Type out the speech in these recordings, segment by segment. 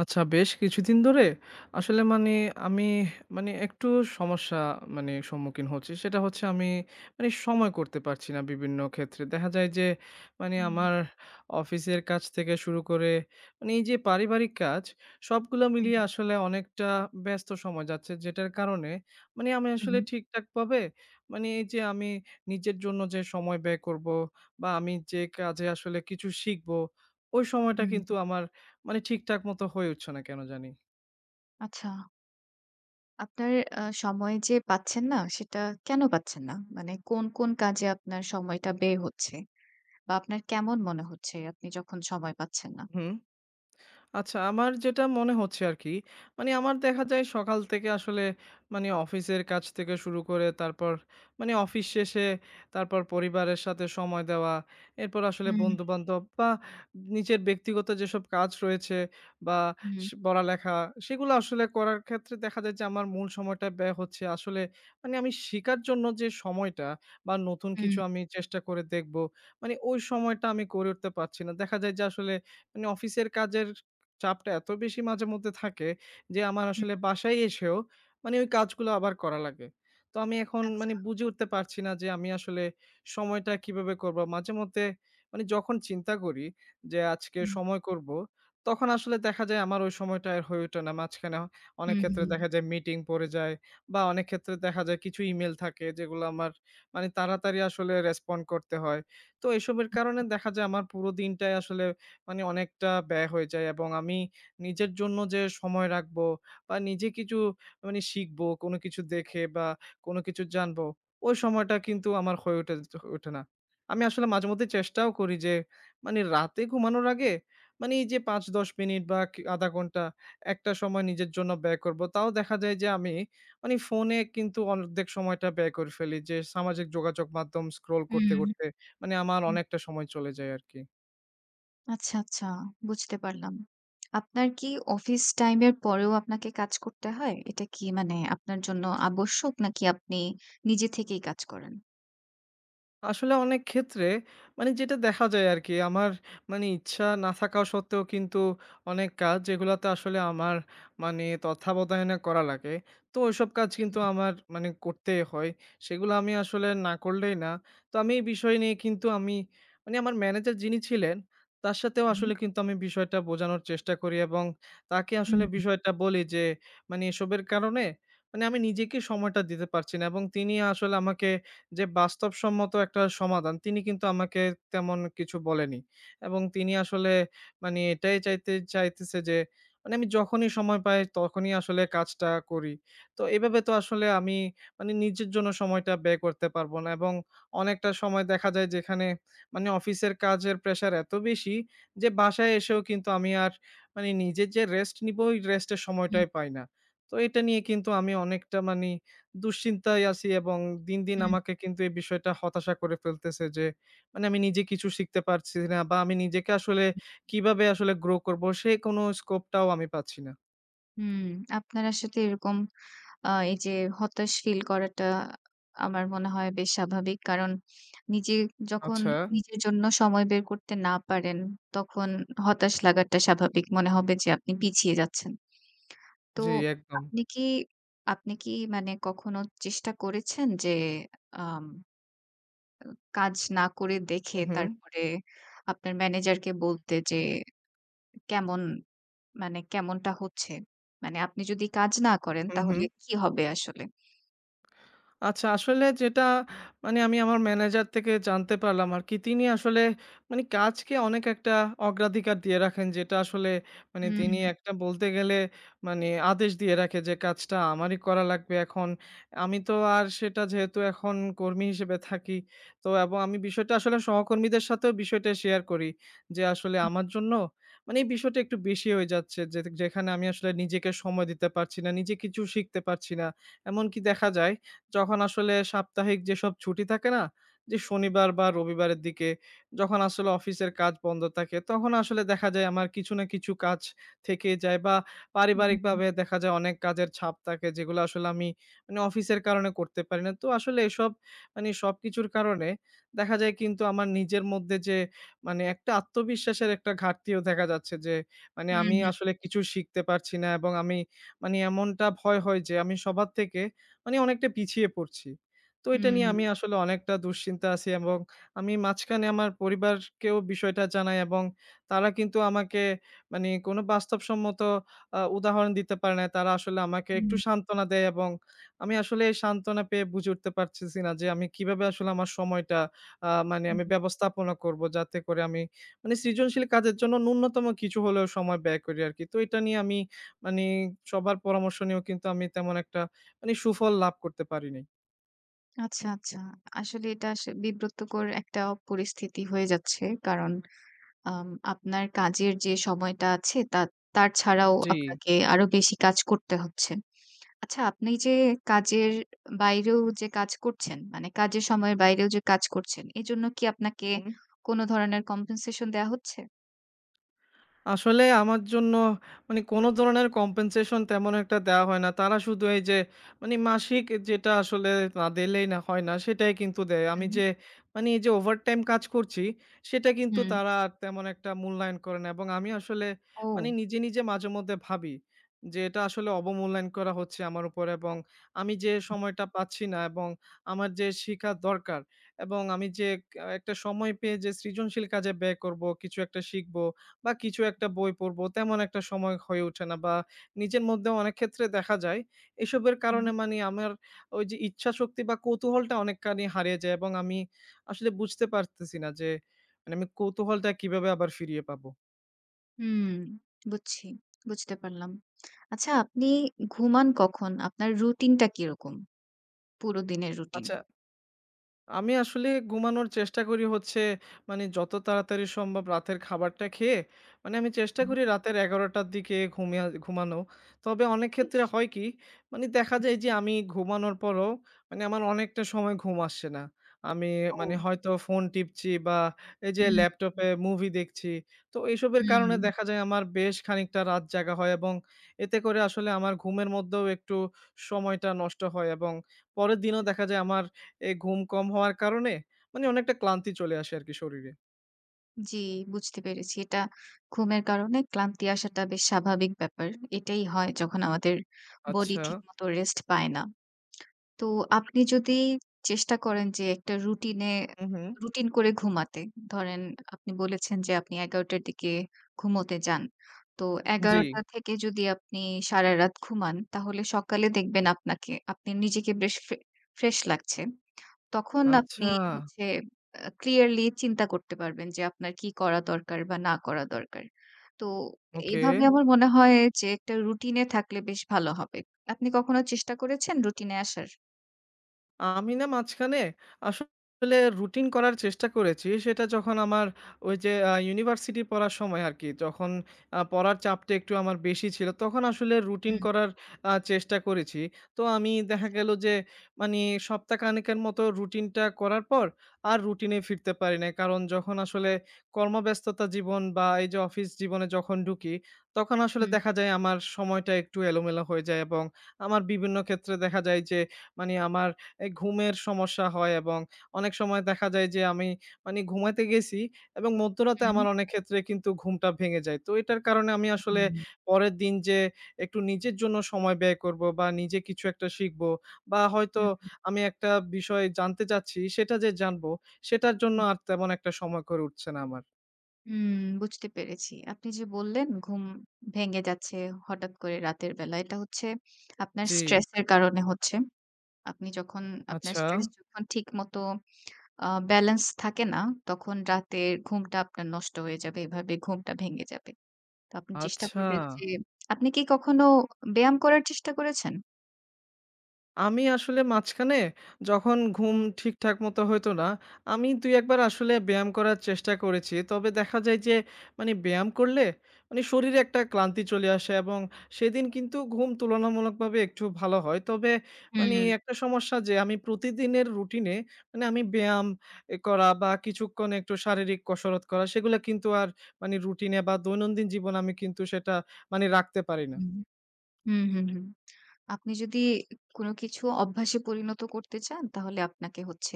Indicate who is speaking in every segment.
Speaker 1: আচ্ছা, বেশ কিছুদিন ধরে আসলে মানে আমি মানে একটু সমস্যা মানে সম্মুখীন হচ্ছি। সেটা হচ্ছে আমি মানে সময় করতে পারছি না বিভিন্ন ক্ষেত্রে। দেখা যায় যে মানে
Speaker 2: হুম,
Speaker 1: আমার অফিসের কাজ থেকে শুরু করে মানে এই যে পারিবারিক কাজ, সবগুলো
Speaker 2: হুম,
Speaker 1: মিলিয়ে আসলে অনেকটা ব্যস্ত সময় যাচ্ছে। যেটার কারণে মানে আমি আসলে
Speaker 2: উহু,
Speaker 1: ঠিকঠাকভাবে মানে এই যে আমি নিজের জন্য যে সময় ব্যয় করব বা আমি যে কাজে আসলে কিছু শিখব, ওই সময়টা কিন্তু
Speaker 2: হুম।
Speaker 1: আমার মানে ঠিকঠাক মতো হয়ে উঠছে না কেন জানি।
Speaker 2: আচ্ছা, আপনার সময় যে পাচ্ছেন না, সেটা কেন পাচ্ছেন না? মানে কোন কাজে আপনার সময়টা ব্যয় হচ্ছে? বা আপনার কেমন মনে হচ্ছে আপনি যখন সময় পাচ্ছেন না?
Speaker 1: হুম। আচ্ছা, আমার যেটা মনে হচ্ছে আরকি, মানে আমার দেখা যায় সকাল থেকে আসলে মানে অফিসের কাজ থেকে শুরু করে তারপর মানে অফিস শেষে তারপর পরিবারের সাথে সময় দেওয়া, এরপর আসলে
Speaker 2: হুম,
Speaker 1: বন্ধু-বান্ধব বা নিজের ব্যক্তিগত যেসব কাজ রয়েছে বা
Speaker 2: হুম,
Speaker 1: পড়ালেখা, সেগুলো আসলে করার ক্ষেত্রে দেখা যায় যে আমার মূল সময়টা ব্যয় হচ্ছে। আসলে মানে আমি শিখার জন্য যে সময়টা বা নতুন
Speaker 2: হুম,
Speaker 1: কিছু আমি চেষ্টা করে দেখব, মানে ওই সময়টা আমি করে উঠতে পারছি না। দেখা যায় যে আসলে মানে অফিসের কাজের চাপটা এত বেশি মাঝেমধ্যে থাকে যে আমার
Speaker 2: হুম,
Speaker 1: আসলে বাসায় এসেও মানে ওই কাজগুলো আবার করা লাগে। তো আমি এখন মানে
Speaker 2: আচ্ছা।
Speaker 1: বুঝে উঠতে পারছি না যে আমি আসলে সময়টা কিভাবে করব? মাঝেমধ্যে মানে যখন চিন্তা করি যে আজকে
Speaker 2: হুম,
Speaker 1: সময় করব, তখন আসলে দেখা যায় আমার ওই সময়টা আর হয়ে ওঠে না। মাঝখানে অনেক
Speaker 2: হুম,
Speaker 1: ক্ষেত্রে
Speaker 2: হুম,
Speaker 1: দেখা যায় মিটিং পড়ে যায় বা অনেক ক্ষেত্রে দেখা যায় কিছু ইমেইল থাকে, যেগুলো আমার মানে তাড়াতাড়ি আসলে রেসপন্ড করতে হয়। তো এসবের কারণে দেখা যায় আমার পুরো দিনটাই আসলে মানে অনেকটা ব্যয় হয়ে যায়, এবং আমি নিজের জন্য যে সময় রাখবো বা নিজে কিছু মানে শিখবো, কোনো কিছু দেখে বা কোনো কিছু জানবো, ওই সময়টা কিন্তু আমার হয়ে ওঠে না। আমি আসলে মাঝেমধ্যে চেষ্টাও করি যে মানে রাতে ঘুমানোর আগে মানে এই যে ৫-১০ মিনিট বা কি ০.৫ ঘন্টা একটা সময় নিজের জন্য ব্যয় করবো। তাও দেখা যায় যে আমি মানে ফোনে কিন্তু অর্ধেক সময়টা ব্যয় করে ফেলি, যে সামাজিক যোগাযোগ মাধ্যম স্ক্রল করতে,
Speaker 2: হুম,
Speaker 1: করতে মানে আমার অনেকটা
Speaker 2: হুম।
Speaker 1: সময় চলে যায় আরকি।
Speaker 2: আচ্ছা, আচ্ছা, বুঝতে পারলাম। আপনার কি অফিস টাইম এর পরেও আপনাকে কাজ করতে হয়? এটা কি মানে আপনার জন্য আবশ্যক নাকি আপনি নিজে থেকেই কাজ করেন?
Speaker 1: আসলে অনেক ক্ষেত্রে মানে যেটা দেখা যায় আরকি, আমার মানে ইচ্ছা না থাকা সত্ত্বেও কিন্তু অনেক কাজ যেগুলাতে আসলে আমার মানে তত্ত্বাবধানে করা লাগে। তো ওইসব কাজ
Speaker 2: হুম,
Speaker 1: কিন্তু আমার মানে করতেই হয়। সেগুলো আমি আসলে না করলেই না। তো আমি এই বিষয় নিয়ে কিন্তু আমি মানে আমার ম্যানেজার যিনি ছিলেন, তার সাথেও
Speaker 2: হুম,
Speaker 1: আসলে কিন্তু আমি বিষয়টা বোঝানোর চেষ্টা করি, এবং তাকে
Speaker 2: হুম,
Speaker 1: আসলে বিষয়টা বলি যে মানে এসবের কারণে মানে আমি নিজেকে সময়টা দিতে পারছি না, এবং তিনি আসলে আমাকে যে বাস্তবসম্মত একটা সমাধান তিনি কিন্তু আমাকে তেমন কিছু বলেনি। এবং তিনি আসলে মানে এটাই চাইতে চাইতেছে যে মানে আমি যখনই সময় পাই তখনই আসলে কাজটা করি। তো এভাবে তো আসলে আমি মানে নিজের জন্য সময়টা ব্যয় করতে পারবো না, এবং অনেকটা সময় দেখা যায় যেখানে মানে অফিসের কাজের প্রেশার এত বেশি যে বাসায় এসেও কিন্তু আমি আর মানে নিজের যে রেস্ট নিবো ওই রেস্টের
Speaker 2: হুম,
Speaker 1: সময়টাই পাই না। তো এটা নিয়ে কিন্তু আমি অনেকটা মানে দুশ্চিন্তায় আছি, এবং দিন, দিন
Speaker 2: হুম।
Speaker 1: আমাকে কিন্তু এই বিষয়টা হতাশা করে ফেলতেছে যে, মানে আমি নিজে কিছু শিখতে পারছি না, বা আমি নিজেকে আসলে কিভাবে আসলে গ্রো করব সে কোনো স্কোপটাও আমি পাচ্ছি না।
Speaker 2: হুম, আপনার আসলে এরকম এই যে হতাশ ফিল করাটা আমার মনে হয় বেশ স্বাভাবিক। কারণ নিজে যখন
Speaker 1: আচ্ছা।
Speaker 2: নিজের জন্য সময় বের করতে না পারেন, তখন হতাশ লাগাটা স্বাভাবিক। মনে হবে যে আপনি পিছিয়ে যাচ্ছেন। তো
Speaker 1: জি, একদম।
Speaker 2: আপনি কি আপনি কি মানে কখনো চেষ্টা করেছেন যে আম কাজ না করে দেখে
Speaker 1: হু, হু।
Speaker 2: তারপরে আপনার ম্যানেজারকে বলতে যে কেমন মানে কেমনটা হচ্ছে? মানে আপনি যদি কাজ না করেন
Speaker 1: হু, হু।
Speaker 2: তাহলে কি হবে আসলে?
Speaker 1: আচ্ছা, আসলে যেটা মানে আমি আমার ম্যানেজার থেকে জানতে পারলাম আরকি। তিনি আসলে মানে কাজকে অনেক একটা অগ্রাধিকার দিয়ে রাখেন। যেটা আসলে মানে
Speaker 2: হুম,
Speaker 1: তিনি একটা বলতে গেলে মানে আদেশ দিয়ে রাখে যে কাজটা আমারই করা লাগবে এখন। আমি তো আর সেটা যেহেতু এখন কর্মী হিসেবে থাকি, তো এবং আমি বিষয়টা আসলে সহকর্মীদের সাথেও বিষয়টা শেয়ার করি। যে আসলে আমার জন্য মানে এই বিষয়টা একটু বেশি হয়ে যাচ্ছে। যে যেখানে আমি আসলে নিজেকে সময় দিতে পারছি না, নিজে কিছু শিখতে পারছি না। এমনকি দেখা যায় যখন আসলে সাপ্তাহিক যেসব ছুটি থাকে না? যে শনিবার বা রবিবারের দিকে, যখন আসলে অফিসের কাজ বন্ধ থাকে, তখন আসলে দেখা যায় আমার কিছু না কিছু কাজ থেকে যায় বা
Speaker 2: হুম,
Speaker 1: পারিবারিকভাবে দেখা যায় অনেক কাজের চাপ থাকে, যেগুলো আসলে আমি মানে অফিসের কারণে করতে পারি না। তো আসলে এসব মানে সবকিছুর কারণে দেখা যায় কিন্তু আমার নিজের মধ্যে যে মানে একটা আত্মবিশ্বাসের একটা ঘাটতিও দেখা যাচ্ছে, যে মানে আমি
Speaker 2: হুম,
Speaker 1: আসলে কিছু শিখতে পারছি না, এবং আমি মানে এমনটা ভয় হয় যে আমি সবার থেকে মানে অনেকটা পিছিয়ে পড়ছি। তো এটা
Speaker 2: হুম,
Speaker 1: নিয়ে আমি আসলে অনেকটা দুশ্চিন্তা আছি, এবং আমি মাঝখানে আমার পরিবারকেও বিষয়টা জানাই, এবং তারা কিন্তু আমাকে মানে কোনো বাস্তবসম্মত উদাহরণ দিতে পারে নাই। তারা আসলে আমাকে একটু
Speaker 2: হুম,
Speaker 1: সান্ত্বনা দেয়, এবং আমি আসলে এই সান্ত্বনা পেয়ে বুঝে উঠতে পারতেছি না যে আমি কিভাবে আসলে আমার সময়টা মানে
Speaker 2: হুম,
Speaker 1: আমি ব্যবস্থাপনা করব, যাতে করে আমি মানে সৃজনশীল কাজের জন্য ন্যূনতম কিছু হলেও সময় ব্যয় করি আরকি। তো এটা নিয়ে আমি মানে সবার পরামর্শ নিয়েও কিন্তু আমি তেমন একটা মানে সুফল লাভ করতে পারিনি।
Speaker 2: আচ্ছা, আচ্ছা। আসলে এটা বিব্রতকর একটা পরিস্থিতি হয়ে যাচ্ছে। কারণ আম আপনার কাজের যে সময়টা আছে তার ছাড়াও
Speaker 1: জি।
Speaker 2: আপনাকে আরো বেশি কাজ করতে হচ্ছে। আচ্ছা, আপনি যে কাজের বাইরেও যে কাজ করছেন, মানে কাজের সময়ের বাইরেও যে কাজ করছেন, এজন্য কি আপনাকে
Speaker 1: হুম।
Speaker 2: কোন ধরনের কম্পেনসেশন দেয়া হচ্ছে?
Speaker 1: আসলে আমার জন্য মানে কোনো ধরনের কম্পেনসেশন তেমন একটা দেওয়া হয় না। তারা শুধু এই যে মানে মাসিক যেটা আসলে না দিলেই না হয় না, সেটাই কিন্তু দেয়। আমি
Speaker 2: হুম,
Speaker 1: যে মানে এই যে ওভারটাইম কাজ করছি, সেটা কিন্তু
Speaker 2: হুম।
Speaker 1: তারা আর তেমন একটা মূল্যায়ন করে না, এবং আমি আসলে মানে
Speaker 2: ও!
Speaker 1: নিজে মাঝেমধ্যে ভাবি যে এটা আসলে অবমূল্যায়ন করা হচ্ছে আমার উপর, এবং আমি যে সময়টা পাচ্ছি না, এবং আমার যে শিখা দরকার, এবং আমি যে একটা সময় পেয়ে যে সৃজনশীল কাজে ব্যয় করব, কিছু একটা শিখব। বা কিছু একটা বই পড়বো, তেমন একটা সময় হয়ে ওঠে না, বা নিজের মধ্যেও অনেক ক্ষেত্রে দেখা যায় এসবের
Speaker 2: হুম,
Speaker 1: কারণে মানে আমার ওই যে ইচ্ছাশক্তি বা কৌতূহলটা অনেকখানি হারিয়ে যায়, এবং আমি আসলে বুঝতে পারতেছি না যে, মানে আমি কৌতূহলটা কিভাবে আবার ফিরিয়ে পাবো?
Speaker 2: হুম, বুঝছি। বুঝতে পারলাম। আচ্ছা, আপনি ঘুমান কখন? আপনার রুটিনটা কিরকম? পুরো দিনের রুটিন?
Speaker 1: আচ্ছা, আমি আসলে ঘুমানোর চেষ্টা করি হচ্ছে মানে যত তাড়াতাড়ি সম্ভব রাতের খাবারটা খেয়ে মানে আমি চেষ্টা
Speaker 2: হুম,
Speaker 1: করি রাতের ১১টার দিকে ঘুমিয়ে ঘুমানো। তবে অনেক
Speaker 2: বেশ।
Speaker 1: ক্ষেত্রে হয় কি, মানে দেখা যায় যে আমি ঘুমানোর পরও মানে আমার অনেকটা সময় ঘুম আসছে না। আমি
Speaker 2: ও!
Speaker 1: মানে হয়তো ফোন টিপছি বা এই যে
Speaker 2: হুম,
Speaker 1: ল্যাপটপে মুভি দেখছি। তো এসবের কারণে
Speaker 2: হুম,
Speaker 1: দেখা যায় আমার বেশ খানিকটা রাত জাগা হয়, এবং এতে করে আসলে আমার ঘুমের মধ্যেও একটু সময়টা নষ্ট হয়, এবং পরের দিনও দেখা যায় আমার এই ঘুম কম হওয়ার কারণে মানে অনেকটা ক্লান্তি চলে আসে আরকি শরীরে।
Speaker 2: জি, বুঝতে পেরেছি। এটা ঘুমের কারণে ক্লান্তি আসাটা বেশ স্বাভাবিক ব্যাপার। এটাই হয় যখন আমাদের বডি
Speaker 1: আচ্ছা।
Speaker 2: ঠিকমতো রেস্ট পায় না। তো আপনি যদি চেষ্টা করেন যে একটা রুটিনে
Speaker 1: হু, হু।
Speaker 2: রুটিন করে ঘুমাতে। ধরেন আপনি বলেছেন যে আপনি ১১ঃ০০ র দিকে ঘুমোতে যান। তো
Speaker 1: জি।
Speaker 2: ১১ঃ০০ থেকে যদি আপনি সারারাত ঘুমান তাহলে সকালে দেখবেন আপনি নিজেকে বেশ ফ্রেশ লাগছে। তখন আপনি
Speaker 1: আচ্ছা,
Speaker 2: হচ্ছে ক্লিয়ারলি চিন্তা করতে পারবেন যে আপনার কি করা দরকার বা না করা দরকার। তো
Speaker 1: ওকে।
Speaker 2: এভাবে আমার মনে হয় যে একটা রুটিনে থাকলে বেশ ভালো হবে। আপনি কখনো চেষ্টা করেছেন রুটিনে আসার?
Speaker 1: আমি না মাঝখানে আসলে রুটিন করার চেষ্টা করেছি। সেটা যখন আমার ওই যে ইউনিভার্সিটি পড়ার সময় আরকি। যখন পড়ার চাপটা একটু আমার বেশি ছিল, তখন আসলে রুটিন করার চেষ্টা করেছি। তো আমি দেখা
Speaker 2: আচ্ছা।
Speaker 1: গেল যে মানি সপ্তাহখানেকের মতো রুটিনটা করার পর আর রুটিনে ফিরতে পারি নাই। কারণ যখন আসলে কর্মব্যস্ততা জীবন বা এই যে অফিস জীবনে যখন ঢুকি, তখন আসলে
Speaker 2: হুম,
Speaker 1: দেখা যায় আমার সময়টা একটু এলোমেলো হয়ে যায়, এবং আমার বিভিন্ন ক্ষেত্রে দেখা যায় যে মানি আমার এই ঘুমের সমস্যা হয়, এবং অনেক সময় দেখা যায় যে আমি মানে ঘুমাতে গেছি, এবং মধ্যরাতে
Speaker 2: হুম,
Speaker 1: আমার
Speaker 2: হুম।
Speaker 1: অনেক ক্ষেত্রে কিন্তু ঘুমটা ভেঙে যায়। তো এটার কারণে আমি আসলে পরের দিন যে একটু নিজের জন্য সময় ব্যয় করব বা নিজে কিছু একটা শিখব বা হয়তো
Speaker 2: হুম,
Speaker 1: আমি একটা বিষয় জানতে চাচ্ছি সেটা যে জানবো, সেটার জন্য
Speaker 2: হুম,
Speaker 1: আর তেমন একটা সময় করে উঠছে না আমার।
Speaker 2: হুম, বুঝতে পেরেছি। আপনি যে বললেন ঘুম ভেঙে যাচ্ছে হঠাৎ করে রাতের বেলা। এটা হচ্ছে আপনার
Speaker 1: জি,
Speaker 2: স্ট্রেসের কারণে হচ্ছে। আপনি যখন আপনার
Speaker 1: আচ্ছা,
Speaker 2: স্ট্রেস যখন ঠিকমতো ব্যালেন্স থাকে না, তখন রাতের ঘুমটা আপনার নষ্ট হয়ে যাবে। এভাবে ঘুমটা ভেঙে যাবে। তো আপনি চেষ্টা
Speaker 1: আচ্ছা।
Speaker 2: করবেন যে আপনি কি কখনো ব্যায়াম করার চেষ্টা করেছেন?
Speaker 1: আমি আসলে মাঝখানে যখন ঘুম ঠিকঠাক মতো হইতো না, আমি ২-১ বার আসলে ব্যায়াম করার চেষ্টা করেছি। তবে দেখা যায় যে মানে ব্যায়াম করলে মানে শরীরে একটা ক্লান্তি চলে আসে, এবং সেদিন কিন্তু ঘুম তুলনামূলকভাবে একটু ভালো হয়। তবে
Speaker 2: হুম,
Speaker 1: মানে
Speaker 2: হুম,
Speaker 1: একটা সমস্যা, যে আমি প্রতিদিনের রুটিনে মানে আমি ব্যায়াম এ করা বা কিছুক্ষণ একটু শারীরিক কসরত করা সেগুলা কিন্তু আর মানে রুটিনে বা দৈনন্দিন জীবনে আমি কিন্তু সেটা মানে রাখতে পারি না।
Speaker 2: হুম, হুম, হুম। আপনি যদি কোনো কিছু অভ্যাসে পরিণত করতে চান, তাহলে আপনাকে হচ্ছে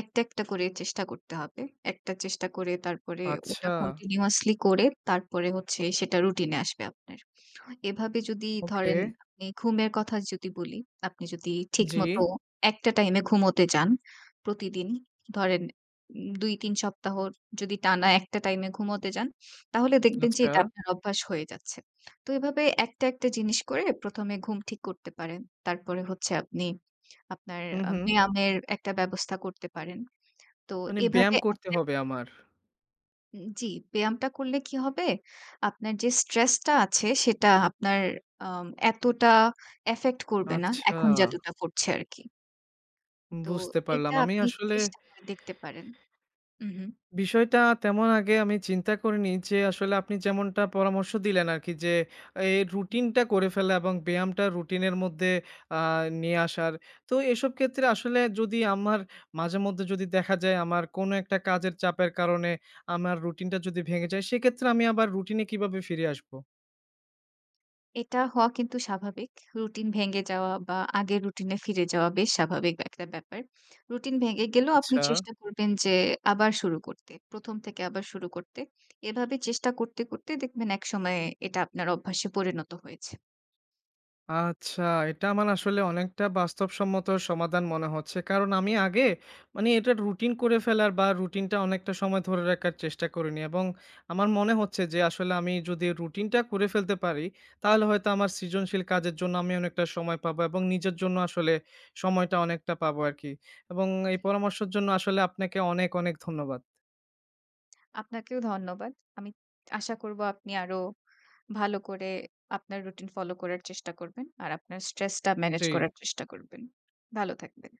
Speaker 2: একটা, একটা করে চেষ্টা করতে হবে। একটা চেষ্টা করে তারপরে ওটা
Speaker 1: আচ্ছা।
Speaker 2: কন্টিনিউয়াসলি করে তারপরে হচ্ছে সেটা রুটিনে আসবে আপনার। এভাবে যদি
Speaker 1: ওকে।
Speaker 2: ধরেন আপনি ঘুমের কথা যদি বলি, আপনি যদি
Speaker 1: জি।
Speaker 2: ঠিকমতো একটা টাইমে ঘুমোতে যান প্রতিদিন, ধরেন ২-৩ সপ্তাহ যদি টানা একটা টাইমে ঘুমোতে যান, তাহলে দেখবেন যে
Speaker 1: আচ্ছা।
Speaker 2: এটা আপনার অভ্যাস হয়ে যাচ্ছে। তো এভাবে একটা, একটা জিনিস করে ১ম এ ঘুম ঠিক করতে পারেন। তারপরে হচ্ছে আপনার
Speaker 1: হুম, হুম।
Speaker 2: ব্যায়ামের একটা ব্যবস্থা করতে পারেন। তো
Speaker 1: মানে ব্যায়াম
Speaker 2: এভাবে
Speaker 1: করতে
Speaker 2: একটা
Speaker 1: হবে আমার।
Speaker 2: জি, ব্যায়ামটা করলে কি হবে? আপনার যে স্ট্রেসটা আছে সেটা আপনার এতটা এফেক্ট করবে না,
Speaker 1: আচ্ছা,
Speaker 2: এখন যতটা করছে আরকি। তো
Speaker 1: বুঝতে পারলাম।
Speaker 2: এটা
Speaker 1: আমি
Speaker 2: আপনি
Speaker 1: আসলে
Speaker 2: চেষ্টা করে দেখতে পারেন। উহু।
Speaker 1: বিষয়টা তেমন আগে আমি চিন্তা করিনি যে আসলে আপনি যেমনটা পরামর্শ দিলেন আরকি, যে এই রুটিনটা করে ফেলা এবং ব্যায়ামটা রুটিনের মধ্যে আ নিয়ে আসার। তো এসব ক্ষেত্রে আসলে যদি আমার মাঝেমধ্যে যদি দেখা যায় আমার কোনো একটা কাজের চাপের কারণে আমার রুটিনটা যদি ভেঙে যায়, সেক্ষেত্রে আমি আবার রুটিনে কিভাবে ফিরে আসবো?
Speaker 2: এটা হওয়া কিন্তু স্বাভাবিক। রুটিন ভেঙে যাওয়া বা আগের রুটিনে ফিরে যাওয়া বেশ স্বাভাবিক একটা ব্যাপার। রুটিন ভেঙে গেলেও আপনি
Speaker 1: আচ্ছা।
Speaker 2: চেষ্টা করবেন যে আবার শুরু করতে। ১ম থেকে আবার শুরু করতে। এভাবে চেষ্টা করতে, করতে দেখবেন একসময়ে এটা আপনার অভ্যাসে পরিণত হয়েছে।
Speaker 1: আচ্ছা, এটা আমার আসলে অনেকটা বাস্তবসম্মত সমাধান মনে হচ্ছে। কারণ আমি আগে মানে এটা রুটিন করে ফেলার বা রুটিনটা অনেকটা সময় ধরে রাখার চেষ্টা করিনি, এবং আমার মনে হচ্ছে যে আসলে আমি যদি রুটিনটা করে ফেলতে পারি, তাহলে হয়তো আমার সৃজনশীল কাজের জন্য আমি অনেকটা সময় পাবো, এবং নিজের জন্য আসলে সময়টা অনেকটা পাবো আরকি। এবং এই
Speaker 2: জি।
Speaker 1: পরামর্শের জন্য আসলে আপনাকে অনেক, অনেক ধন্যবাদ।
Speaker 2: আপনাকেও ধন্যবাদ। আমি আশা করব আপনি আরো ভালো করে আপনার রুটিন ফলো করার চেষ্টা করবেন। আর আপনার স্ট্রেসটা ম্যানেজ
Speaker 1: জি।
Speaker 2: করার চেষ্টা করবেন। ভালো থাকবেন।